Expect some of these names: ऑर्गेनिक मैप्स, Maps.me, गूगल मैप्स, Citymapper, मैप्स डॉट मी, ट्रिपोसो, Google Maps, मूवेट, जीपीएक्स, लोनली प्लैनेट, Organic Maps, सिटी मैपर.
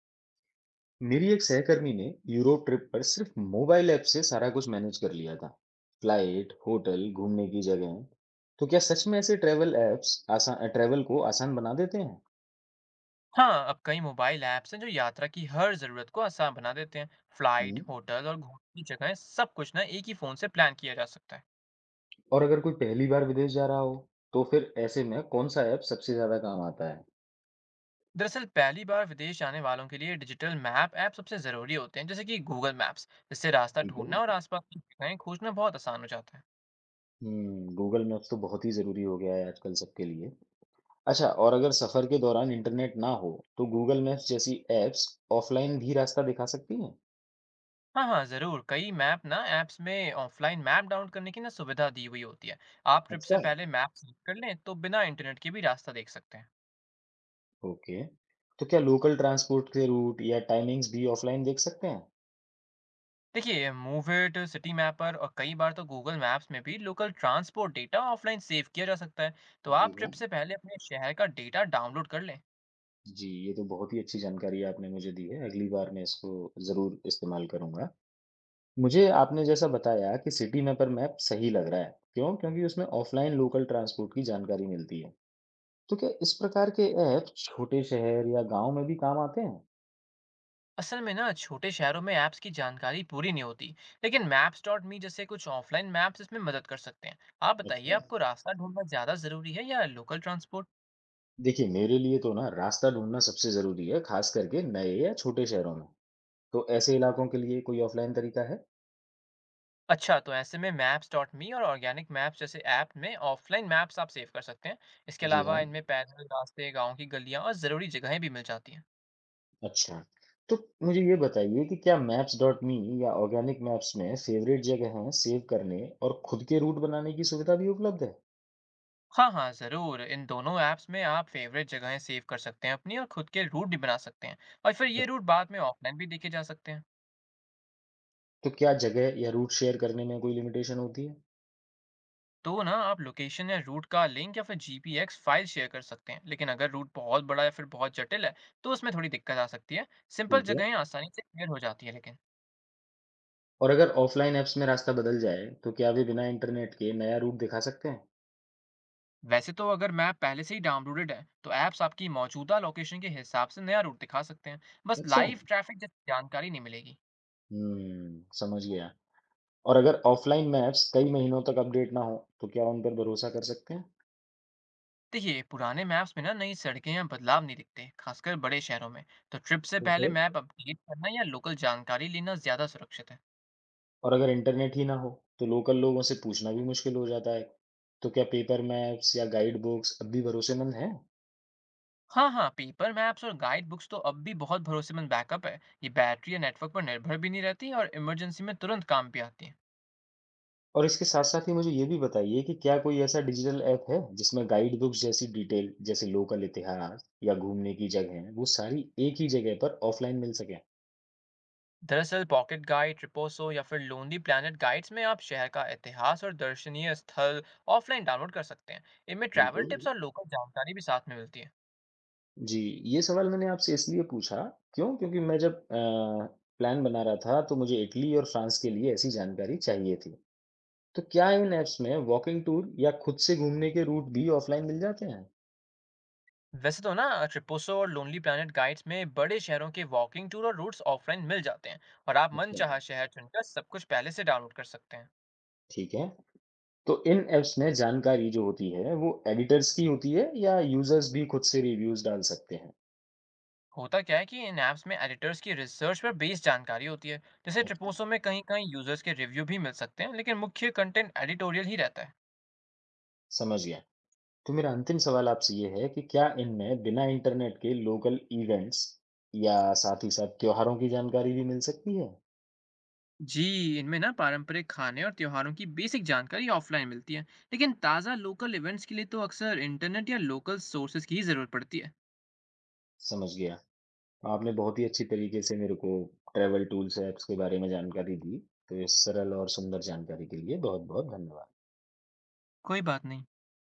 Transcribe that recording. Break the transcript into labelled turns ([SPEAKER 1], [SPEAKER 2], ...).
[SPEAKER 1] मेरी एक सहकर्मी ने Europe trip पर सिर्फ mobile app से सारा कुछ manage कर लिया था। फ्लाइट, होटल, घूमने की जगह। तो क्या सच में ऐसे ट्रैवल ऐप्स आसान ट्रैवल को आसान बना देते हैं?
[SPEAKER 2] हाँ, अब कई मोबाइल ऐप्स हैं जो यात्रा की हर ज़रूरत को आसान बना देते हैं। फ्लाइट,
[SPEAKER 1] हम्म,
[SPEAKER 2] होटल और घूमने की जगहें सब कुछ ना एक ही फ़ोन से प्लान किया जा सकता है।
[SPEAKER 1] और अगर कोई पहली बार विदेश जा रहा हो, तो फिर ऐसे में कौन सा ऐप सबसे ज्यादा काम आता है?
[SPEAKER 2] दरअसल पहली बार विदेश जाने वालों के लिए डिजिटल मैप ऐप सबसे ज़रूरी होते हैं जैसे कि गूगल मैप्स। इससे रास्ता
[SPEAKER 1] ठीक
[SPEAKER 2] ढूंढना और
[SPEAKER 1] है।
[SPEAKER 2] आसपास की जगहें खोजना बहुत आसान हो जाता है।
[SPEAKER 1] गूगल मैप्स तो बहुत ही जरूरी हो गया है आजकल सबके लिए। अच्छा, और अगर सफर के दौरान इंटरनेट ना हो, तो गूगल मैप्स जैसी ऐप्स ऑफलाइन भी रास्ता दिखा सकती हैं?
[SPEAKER 2] हाँ, ज़रूर। कई मैप ना ऐप्स में ऑफलाइन मैप डाउनलोड करने की ना सुविधा दी हुई होती है। आप ट्रिप से
[SPEAKER 1] अच्छा।
[SPEAKER 2] पहले मैप सेलेक्ट कर लें तो बिना इंटरनेट के भी रास्ता देख सकते हैं।
[SPEAKER 1] ओके। तो क्या लोकल ट्रांसपोर्ट के रूट या टाइमिंग्स भी ऑफ़लाइन देख सकते हैं?
[SPEAKER 2] देखिए मूवेट सिटी मैपर और कई बार तो गूगल मैप्स में भी local transport data offline save किया जा सकता है। तो
[SPEAKER 1] जी
[SPEAKER 2] आप ट्रिप
[SPEAKER 1] हाँ।
[SPEAKER 2] से पहले अपने शहर का डेटा डाउनलोड कर लें।
[SPEAKER 1] जी, ये तो बहुत ही अच्छी जानकारी आपने मुझे दी है, अगली बार मैं इसको ज़रूर इस्तेमाल करूँगा। मुझे आपने जैसा बताया कि सिटी मैपर मैप सही लग रहा है, क्यों? क्योंकि उसमें ऑफ़लाइन लोकल ट्रांसपोर्ट की जानकारी मिलती है। तो क्या इस प्रकार के ऐप छोटे शहर या गाँव में भी काम आते हैं?
[SPEAKER 2] असल में ना छोटे शहरों में ऐप्स की जानकारी पूरी नहीं होती। लेकिन मैप्स डॉट मी जैसे कुछ ऑफलाइन मैप्स इसमें मदद कर सकते हैं। आप बताइए
[SPEAKER 1] अच्छा।
[SPEAKER 2] आपको रास्ता ढूंढना ज़्यादा ज़रूरी है या लोकल ट्रांसपोर्ट।
[SPEAKER 1] देखिए, मेरे लिए तो ना रास्ता ढूँढना सबसे ज़रूरी है, ख़ास करके नए या छोटे शहरों में। तो ऐसे इलाकों के लिए कोई ऑफ़लाइन तरीका है?
[SPEAKER 2] अच्छा, तो ऐसे में मैप्स डॉट मी और ऑर्गेनिक मैप्स जैसे ऐप में ऑफलाइन मैप्स आप सेव कर सकते हैं। इसके
[SPEAKER 1] जी
[SPEAKER 2] अलावा
[SPEAKER 1] हाँ।
[SPEAKER 2] इनमें पैदल रास्ते गाँव की गलियाँ और ज़रूरी जगहें भी मिल जाती हैं।
[SPEAKER 1] अच्छा, तो मुझे ये बताइए कि क्या मैप्स डॉट मी या ऑर्गेनिक मैप्स में फेवरेट जगहें सेव करने और खुद के रूट बनाने की सुविधा भी उपलब्ध है?
[SPEAKER 2] हाँ, ज़रूर। इन दोनों ऐप्स में आप फ़ेवरेट जगहें सेव कर सकते हैं अपनी और खुद के रूट भी बना सकते हैं। और फिर ये
[SPEAKER 1] अच्छा,
[SPEAKER 2] रूट बाद में ऑफ़लाइन भी देखे जा सकते हैं।
[SPEAKER 1] तो क्या जगह या रूट शेयर करने में कोई लिमिटेशन होती है?
[SPEAKER 2] तो ना आप लोकेशन या रूट का लिंक या फिर जीपीएक्स फ़ाइल शेयर कर सकते हैं। लेकिन अगर रूट बहुत बड़ा या फिर बहुत जटिल है, तो उसमें थोड़ी दिक्कत आ सकती है। सिंपल
[SPEAKER 1] ठीक है।
[SPEAKER 2] जगहें आसानी से क्लियर हो जाती हैं लेकिन।
[SPEAKER 1] और अगर ऑफलाइन ऐप्स में रास्ता बदल जाए, तो क्या वे बिना इंटरनेट के नया रूट दिखा सकते हैं?
[SPEAKER 2] वैसे तो अगर मैप पहले से ही डाउनलोडेड है, तो ऐप्स आपकी मौजूदा लोकेशन के हिसाब से नया रूट दिखा सकते हैं। बस
[SPEAKER 1] अच्छा।
[SPEAKER 2] लाइव ट्रैफ़िक जैसी जानकारी नहीं मिलेगी।
[SPEAKER 1] समझ गया। और अगर ऑफलाइन मैप्स कई महीनों तक अपडेट ना हो, तो क्या उन पर भरोसा कर सकते हैं?
[SPEAKER 2] देखिए पुराने मैप्स में ना नई सड़कें या बदलाव नहीं दिखते खासकर बड़े शहरों में। तो ट्रिप से पहले
[SPEAKER 1] ओके।
[SPEAKER 2] मैप अपडेट करना या लोकल जानकारी लेना ज्यादा सुरक्षित है।
[SPEAKER 1] और अगर इंटरनेट ही ना हो, तो लोकल लोगों से पूछना भी मुश्किल हो जाता है। तो क्या पेपर मैप्स या गाइड बुक्स अब भी भरोसेमंद हैं?
[SPEAKER 2] हाँ हाँ पेपर मैप्स और गाइड बुक्स तो अब भी बहुत भरोसेमंद बैकअप है। ये बैटरी या नेटवर्क पर निर्भर भी नहीं रहती और इमरजेंसी में तुरंत काम भी आती है।
[SPEAKER 1] और इसके साथ साथ ही मुझे ये भी बताइए कि क्या कोई ऐसा डिजिटल ऐप है जिसमें गाइड बुक्स जैसी डिटेल, जैसे लोकल इतिहास या घूमने की जगह, वो सारी एक ही जगह पर ऑफलाइन मिल सके?
[SPEAKER 2] दरअसल पॉकेट गाइड ट्रिपोसो या फिर लोनली प्लैनेट गाइड्स में आप शहर का इतिहास और दर्शनीय स्थल ऑफलाइन डाउनलोड कर सकते हैं। इनमें ट्रैवल
[SPEAKER 1] बिल्कुल।
[SPEAKER 2] टिप्स और लोकल जानकारी भी साथ में मिलती है।
[SPEAKER 1] जी, ये सवाल मैंने आपसे इसलिए पूछा, क्यों? क्योंकि मैं जब प्लान बना रहा था तो मुझे इटली और फ्रांस के लिए ऐसी जानकारी चाहिए थी। तो क्या इन ऐप्स में वॉकिंग टूर या खुद से घूमने के रूट भी ऑफलाइन मिल जाते हैं?
[SPEAKER 2] वैसे तो ना ट्रिपोसो और लोनली प्लैनेट गाइड्स में बड़े शहरों के वॉकिंग टूर और रूट्स ऑफलाइन मिल जाते हैं। और आप
[SPEAKER 1] अच्छा,
[SPEAKER 2] मनचाहा शहर चुनकर सब कुछ पहले से डाउनलोड कर सकते हैं।
[SPEAKER 1] ठीक है। तो इन ऐप्स में जानकारी जो होती है वो एडिटर्स की होती है या यूजर्स भी खुद से रिव्यूज डाल सकते हैं?
[SPEAKER 2] होता क्या है कि इन ऐप्स में एडिटर्स की रिसर्च पर बेस्ड जानकारी होती है। जैसे
[SPEAKER 1] अच्छा,
[SPEAKER 2] ट्रिपोसो में कहीं कहीं यूजर्स के रिव्यू भी मिल सकते हैं लेकिन मुख्य कंटेंट एडिटोरियल ही रहता है।
[SPEAKER 1] समझ गया। तो मेरा अंतिम सवाल आपसे ये है कि क्या इनमें बिना इंटरनेट के लोकल इवेंट्स या साथ ही साथ त्योहारों की जानकारी भी मिल सकती है?
[SPEAKER 2] जी, इनमें ना पारंपरिक खाने और त्योहारों की बेसिक जानकारी ऑफलाइन मिलती है। लेकिन ताज़ा लोकल इवेंट्स के लिए तो अक्सर इंटरनेट या लोकल सोर्सेज की ही ज़रूरत पड़ती है।
[SPEAKER 1] समझ गया। आपने बहुत ही अच्छी तरीके से मेरे को ट्रैवल टूल्स ऐप्स के बारे में जानकारी दी। तो इस सरल और सुंदर जानकारी के लिए बहुत-बहुत धन्यवाद।
[SPEAKER 2] कोई बात नहीं।